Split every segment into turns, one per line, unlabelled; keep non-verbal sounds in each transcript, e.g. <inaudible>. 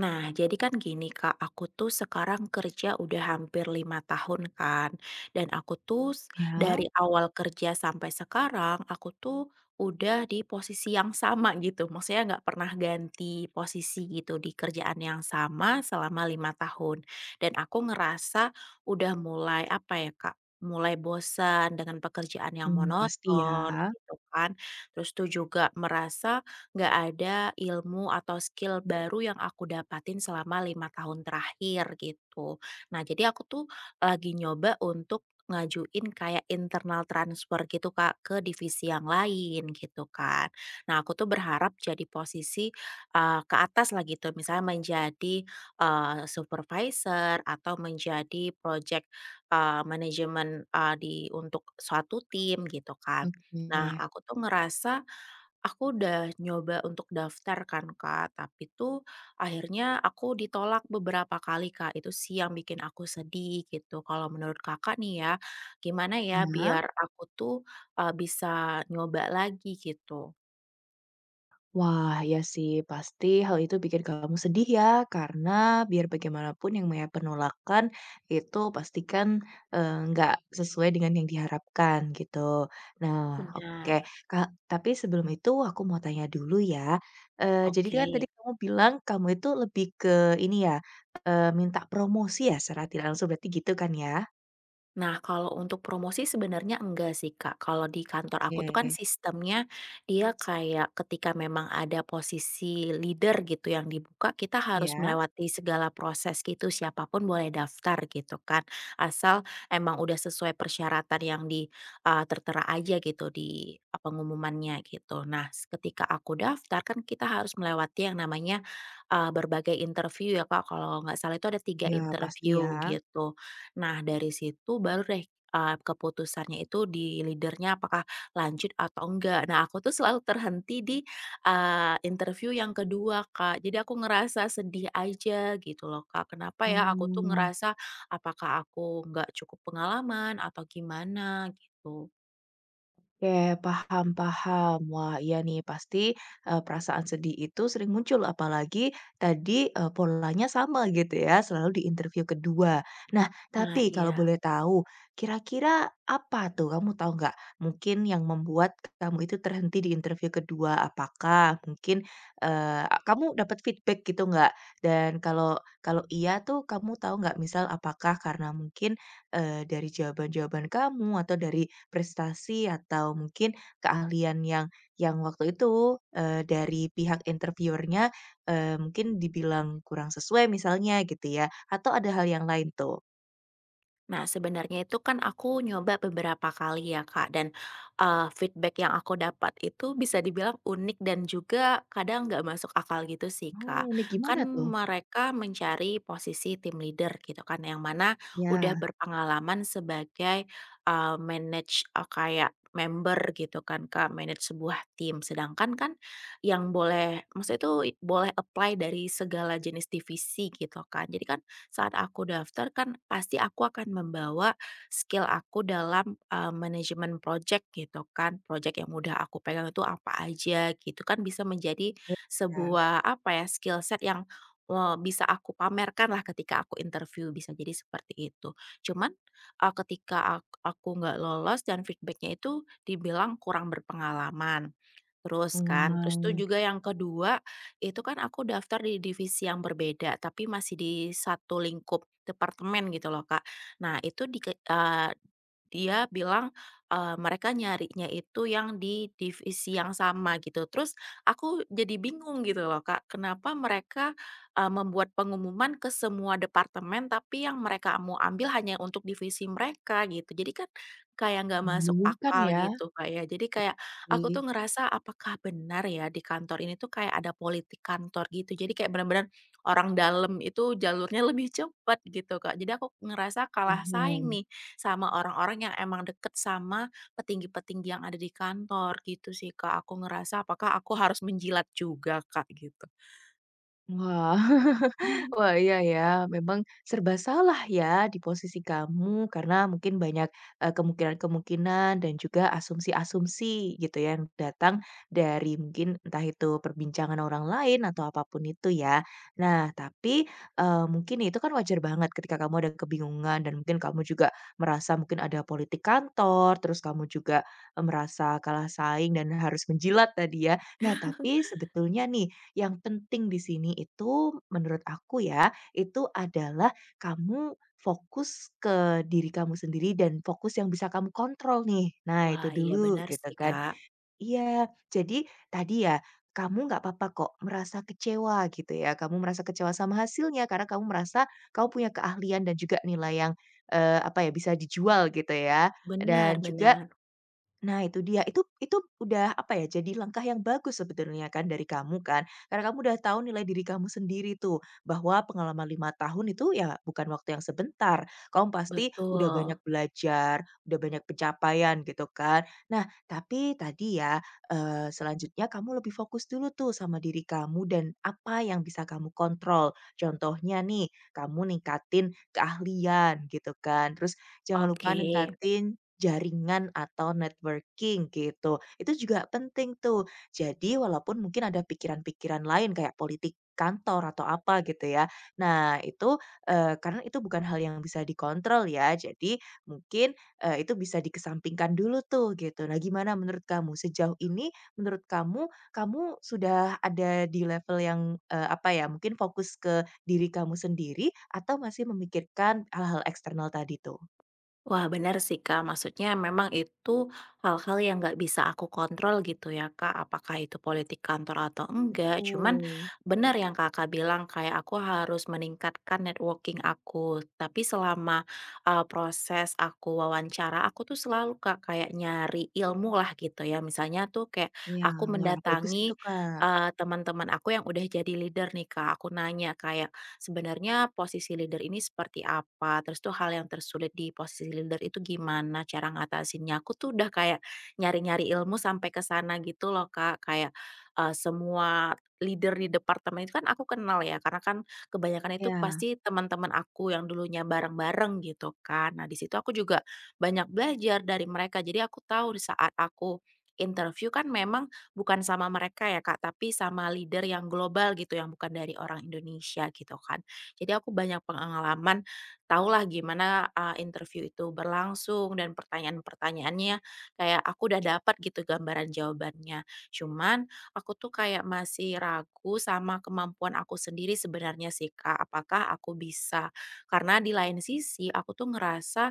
Nah, jadi kan gini Kak, aku tuh sekarang kerja udah hampir 5 tahun kan, dan aku tuh s
Ya,
dari awal kerja sampai sekarang, aku tuh udah di posisi yang sama <laughs> gitu, maksudnya nggak pernah ganti posisi gitu di kerjaan yang sama selama 5 tahun. Dan aku ngerasa udah mulai, apa ya Kak, mulai bosan dengan pekerjaan yang
pasti ya.
monoton gitu kan, terus tuh juga merasa nggak ada ilmu atau skill baru yang aku dapatin selama 5 tahun terakhir gitu. Nah jadi aku tuh lagi nyoba untuk ngajuin kayak internal transfer gitu Kak ke divisi yang lain gitu kan. Nah aku tuh berharap jadi posisi, ke atas lah gitu misalnya menjadi, supervisor atau menjadi project, manajemen, di untuk suatu tim gitu kan. Nah
Oke.
aku tuh ngerasa aku udah nyoba untuk daftar kan, Kak, tapi tuh akhirnya aku ditolak beberapa kali, Kak. Itu sih yang bikin aku sedih gitu. Kalau menurut Kakak nih ya, gimana ya
Ya.
biar aku tuh, bisa nyoba lagi gitu?
Wah, iya sih, pasti hal itu bikin kamu sedih ya, karena biar bagaimanapun yang namanya penolakan itu pastikan, nggak sesuai dengan yang diharapkan gitu. Nah, oke,
Benar,
Kak, tapi sebelum itu aku mau tanya dulu ya, jadi
oke.
kan tadi kamu bilang kamu itu lebih ke ini ya, minta promosi ya secara tidak langsung berarti gitu kan ya?
Nah, kalau untuk promosi sebenarnya enggak sih, Kak. Kalau di kantor aku tuh
Oke.
kan sistemnya dia kayak ketika memang ada posisi leader gitu yang dibuka, kita harus
Iya?
melewati segala proses gitu, siapapun boleh daftar gitu kan. Asal emang udah sesuai persyaratan yang di tertera aja gitu di pengumumannya gitu. Nah, ketika aku daftar kan kita harus melewati yang namanya berbagai interview ya, Kak. Kalau nggak salah itu ada tiga
Iya, pasti ya.
interview gitu. Nah, dari situ baru deh, keputusannya itu di leadernya apakah lanjut atau enggak. Nah, aku tuh selalu terhenti di, interview yang kedua Kak. Jadi aku ngerasa sedih aja gitu loh, Kak. Kenapa ya aku tuh
Mmm,
ngerasa apakah aku enggak cukup pengalaman atau gimana gitu.
oke, paham paham. Wah, iya nih pasti, perasaan sedih itu sering muncul apalagi tadi, polanya sama gitu ya, selalu di interview kedua. Nah,
Nah,
tapi kalau
iya.
boleh tahu, kira-kira apa tuh, kamu tahu nggak, mungkin yang membuat kamu itu terhenti di interview kedua? Apakah mungkin, kamu dapat feedback gitu nggak? Dan kalau kalau iya tuh kamu tahu nggak misal apakah karena mungkin, dari jawaban-jawaban kamu atau dari prestasi atau mungkin keahlian yang waktu itu, dari pihak interviewernya nya mungkin dibilang kurang sesuai misalnya gitu ya, atau ada hal yang lain tuh?
Nah, sebenarnya itu kan aku nyoba beberapa kali ya, Kak, dan, feedback yang aku dapat itu bisa dibilang unik dan juga kadang nggak masuk akal gitu sih,
Oh,
Kak.
ini gimana
Kan
tuh?
mereka mencari posisi tim leader gitu kan, yang mana udah
Ya,
berpengalaman sebagai, manage, kayak member gitu kan, Kak, manage sebuah tim. Sedangkan kan yang boleh maksudnya itu boleh apply dari segala jenis divisi gitu kan. Jadi kan saat aku daftar kan pasti aku akan membawa skill aku dalam, manajemen project gitu kan. Project yang udah aku pegang itu apa aja gitu kan bisa menjadi
iya.
sebuah apa ya, skill set yang, bisa aku pamerkan lah ketika aku interview, bisa jadi seperti itu. Cuman, eee, ketika ak aku nggak lolos dan feedbacknya itu dibilang kurang berpengalaman. Terus tuh
Wow,
juga yang kedua itu kan aku daftar di divisi yang berbeda, tapi masih di satu lingkup departemen gitu loh, Kak. Nah itu di dia bilang, mereka nyarinya itu yang di divisi yang sama gitu. Terus aku jadi bingung gitu loh, Kak, kenapa mereka, membuat pengumuman ke semua departemen, tapi yang mereka mau ambil hanya untuk divisi mereka gitu. Jadi kan kayak nggak masuk
membingungkan
akal
ya?
gitu, Kak, ya. Jadi kayak aku
Iya.
tuh ngerasa apakah benar ya di kantor ini tuh kayak ada politik kantor gitu. Jadi kayak benar-benar orang dalam itu jalurnya <laughs> lebih cepat gitu, Kak. Jadi aku ngerasa kalah saing
Paham.
nih sama orang-orang yang emang deket sama petinggi-petinggi yang ada di kantor gitu sih, Kak. Aku ngerasa apakah aku harus menjilat juga, Kak, gitu.
Wah.
Mmm.
Wah, iya ya, memang serba salah ya di posisi kamu karena mungkin banyak, kemungkinan-kemungkinan dan juga asumsi-asumsi gitu ya yang datang dari mungkin entah itu perbincangan orang lain atau apapun itu ya. Nah tapi, mungkin itu kan wajar banget ketika kamu ada kebingungan dan mungkin kamu juga merasa mungkin ada politik kantor, terus kamu juga, merasa kalah saing dan harus menjilat tadi ya. Nah tapi sebetulnya nih, yang penting di sini itu menurut aku ya, itu adalah kamu fokus ke diri kamu sendiri dan fokus yang bisa kamu kontrol nih. Nah,
Wah,
itu
iya
dulu
benar
gitu
sih,
kan.
Kak.
Iya, jadi tadi ya, kamu nggak apa-apa kok merasa kecewa gitu ya. Kamu merasa kecewa sama hasilnya karena kamu merasa kamu punya keahlian dan juga nilai yang, apa ya, bisa dijual gitu ya. Dan
Benar
juga
benar,
Nah itu dia, itu udah apa ya, jadi langkah yang bagus sebetulnya kan dari kamu kan, karena kamu udah tahu nilai diri kamu sendiri tuh, bahwa pengalaman 5 tahun itu ya bukan waktu yang sebentar. Kamu pasti udah banyak
betul.
belajar, udah banyak pencapaian gitu kan. Nah tapi tadi ya, selanjutnya kamu lebih fokus dulu tuh sama diri kamu dan apa yang bisa kamu kontrol. Contohnya nih, kamu ningkatin keahlian gitu kan, terus jangan lupa
Oke.
ningkatin jaringan atau networking gitu. Itu juga penting tuh. Jadi walaupun mungkin ada pikiran-pikiran lain kayak politik kantor atau apa gitu ya. Nah itu, karena itu bukan hal yang bisa dikontrol ya, jadi mungkin, itu bisa dikesampingkan dulu tuh gitu. Nah gimana menurut kamu? Sejauh ini menurut kamu, kamu sudah ada di level yang, apa ya, mungkin fokus ke diri kamu sendiri atau masih memikirkan hal-hal eksternal tadi tuh?
Wah, benar sih, Kak. Maksudnya memang itu hal-hal yang nggak bisa aku kontrol gitu ya, Kak. Apakah itu politik kantor atau enggak. Cuman
Betul.
benar yang Kakak bilang, kayak aku harus meningkatkan networking aku. Tapi selama proses aku wawancara, aku tuh selalu, Kak, kayak nyari ilmu lah gitu ya. Misalnya tuh kayak
Iya,
aku
wah bagus itu,
mendatangi
Kak.
teman-teman aku yang udah jadi leader nih, Kak. Aku nanya kayak, sebenarnya posisi leader ini seperti apa, terus tuh hal yang tersulit di posisi leader itu gimana cara ngatasinnya. Aku tuh udah kayak nyari-nyari ilmu sampai ke sana gitu loh, Kak. Kayak, semua leader di departemen itu kan aku kenal ya, karena kan kebanyakan itu
Iya
pasti teman-teman aku yang dulunya bareng-bareng gitu kan. Nah, di situ aku juga banyak belajar dari mereka. Jadi aku tahu di saat aku interview kan memang bukan sama mereka ya Kak, tapi sama leader yang global gitu, yang bukan dari orang Indonesia gitu kan. Jadi aku banyak pengalaman, tahulah gimana, interview itu berlangsung dan pertanyaan-pertanyaannya kayak aku udah dapat gitu gambaran jawabannya. Cuman aku tuh kayak masih ragu sama kemampuan aku sendiri sebenarnya sih Kak, apakah aku bisa. Karena di lain sisi aku tuh ngerasa,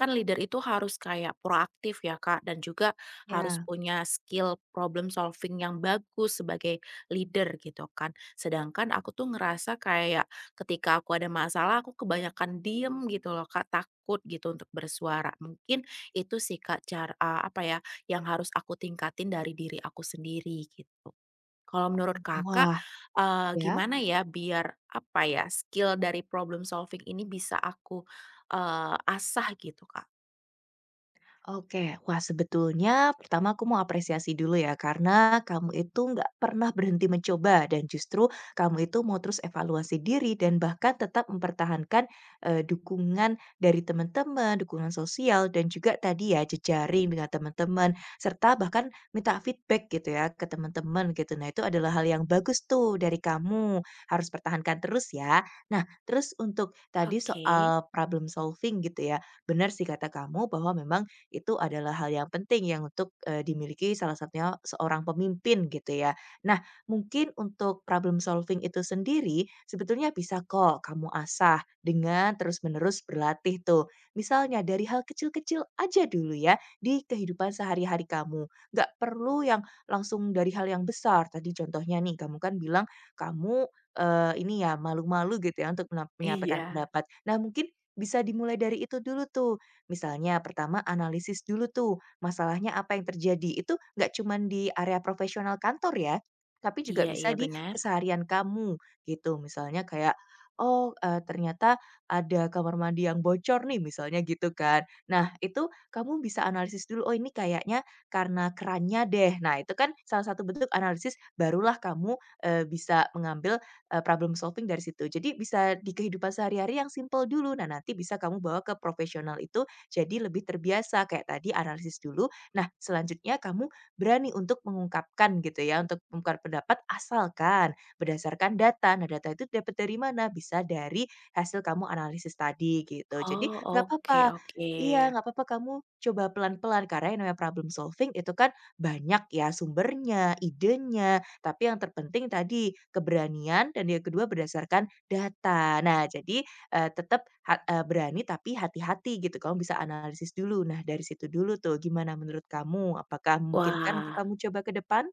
kan leader itu harus kayak proaktif ya Kak, dan juga harus
iya,
punya skill problem solving yang bagus sebagai leader gitu kan. Sedangkan aku tuh ngerasa kayak ketika aku ada masalah aku kebanyakan diem gitu loh Kak, takut gitu untuk bersuara. Mungkin itu sih Kak cara apa ya, yang harus aku tingkatin dari diri aku sendiri gitu. Kalau menurut
oke.
Kakak,
Wah, ya.
gimana ya biar apa ya, skill dari problem solving ini bisa aku, asah gitu Kak?
Oke, wah sebetulnya pertama aku mau apresiasi dulu ya karena kamu itu nggak pernah berhenti mencoba dan justru kamu itu mau terus evaluasi diri dan bahkan tetap mempertahankan dukungan dari teman-teman, dukungan sosial dan juga tadi ya jejaring dengan teman-teman serta bahkan minta feedback gitu ya ke teman-teman gitu. Nah, itu adalah hal yang bagus tuh dari kamu. Harus pertahankan terus ya. Nah, terus untuk tadi
Oke.
soal problem solving gitu ya. Benar sih kata kamu bahwa memang itu adalah hal yang penting yang untuk, dimiliki salah satunya seorang pemimpin gitu ya. Nah, mungkin untuk problem solving itu sendiri sebetulnya bisa kok kamu asah dengan terus-menerus berlatih tuh. Misalnya dari hal kecil-kecil aja dulu ya di kehidupan sehari-hari kamu, nggak perlu yang langsung dari hal yang besar. Tadi contohnya nih kamu kan bilang kamu, ini ya malu-malu gitu ya untuk menyampaikan
Iya.
pendapat. Nah mungkin bisa dimulai dari itu dulu tuh. Misalnya pertama analisis dulu tuh, masalahnya apa yang terjadi. Itu nggak cuman di area profesional kantor ya, tapi juga
Iya
bisa
iya,
di
benar.
keseharian kamu gitu. Misalnya kayak, "Oh, ternyata ada kamar mandi yang bocor nih," misalnya gitu kan. Nah, itu kamu bisa analisis dulu, "Oh, ini kayaknya karena kerannya deh." Nah, itu kan salah satu bentuk analisis barulah kamu, bisa mengambil, problem solving dari situ. Jadi bisa di kehidupan sehari-hari yang simple dulu. Nah, nanti bisa kamu bawa ke profesional itu jadi lebih terbiasa kayak tadi analisis dulu. Nah, selanjutnya kamu berani untuk mengungkapkan gitu ya, untuk mengungkapkan pendapat asalkan berdasarkan data. Nah, data itu dapat dari mana? Bisa dari hasil kamu analisis tadi gitu. Jadi
Oh,
nggak
oke
apa-apa.
oke.
Iya, nggak apa-apa kamu coba pelan-pelan karena yang namanya problem solving itu kan banyak ya sumbernya, idenya. Tapi yang terpenting tadi keberanian dan yang kedua berdasarkan data. Nah, jadi tetap berani tapi hati-hati gitu, kamu bisa analisis dulu. Nah, dari situ dulu tuh, gimana menurut kamu? Apakah memungkinkan untuk
Wah
kamu coba ke depan?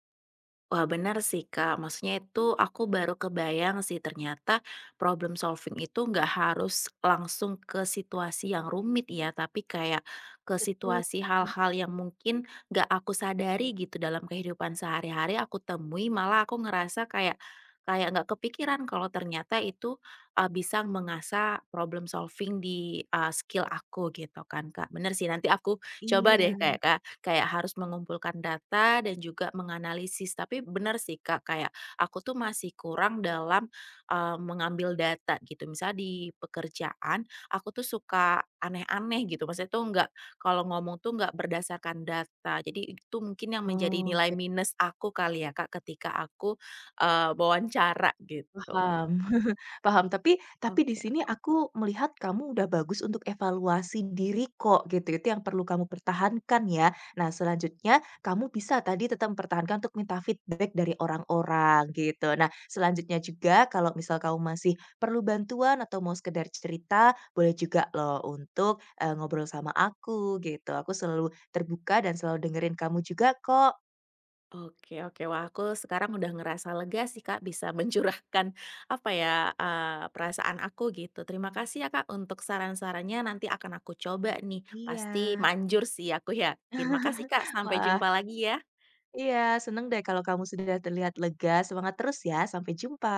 wah benar sih, Kak. Maksudnya itu aku baru kebayang sih ternyata problem solving itu nggak harus langsung ke situasi yang rumit ya, tapi kayak ke
Betul,
situasi hal-hal yang mungkin nggak aku sadari gitu dalam kehidupan sehari-hari aku temui, malah aku ngerasa kayak kayak nggak kepikiran kalau ternyata itu, bisa mengasah problem solving di, skill aku gitu kan, Kak. Bener sih nanti aku coba deh
iya.
kayak harus mengumpulkan data dan juga menganalisis. Tapi benar sih Kak, kayak aku tuh masih kurang dalam, mengambil data gitu. Misalnya di pekerjaan, aku tuh suka aneh-aneh gitu, maksudnya tuh nggak kalau ngomong tuh nggak berdasarkan data. Jadi itu mungkin yang menjadi
Oke.
nilai minus aku kali ya Kak, ketika aku, wawancara gitu.
Paham, <laughs> paham. Tapi di
Oke.
sini aku melihat kamu udah bagus untuk evaluasi diri kok, gitu. Itu yang perlu kamu pertahankan ya. Nah, selanjutnya kamu bisa tadi tetap mempertahankan untuk minta feedback dari orang-orang, gitu. Nah, selanjutnya juga kalau misal kamu masih perlu bantuan atau mau sekedar cerita, boleh juga loh untuk, ngobrol sama aku, gitu. Aku selalu terbuka dan selalu dengerin kamu juga kok.
Oke oke. Wah, aku sekarang udah ngerasa lega sih, Kak, bisa <laughs> mencurahkan, apa ya, perasaan aku gitu. Terima kasih ya, Kak, untuk saran-sarannya, nanti akan aku coba nih.
Iya.
Pasti manjur sih, aku yakin. Makasih, Kak, sampai
Wah,
jumpa lagi ya.
iya, seneng deh kalau kamu sudah terlihat lega. Semangat terus ya, sampai jumpa.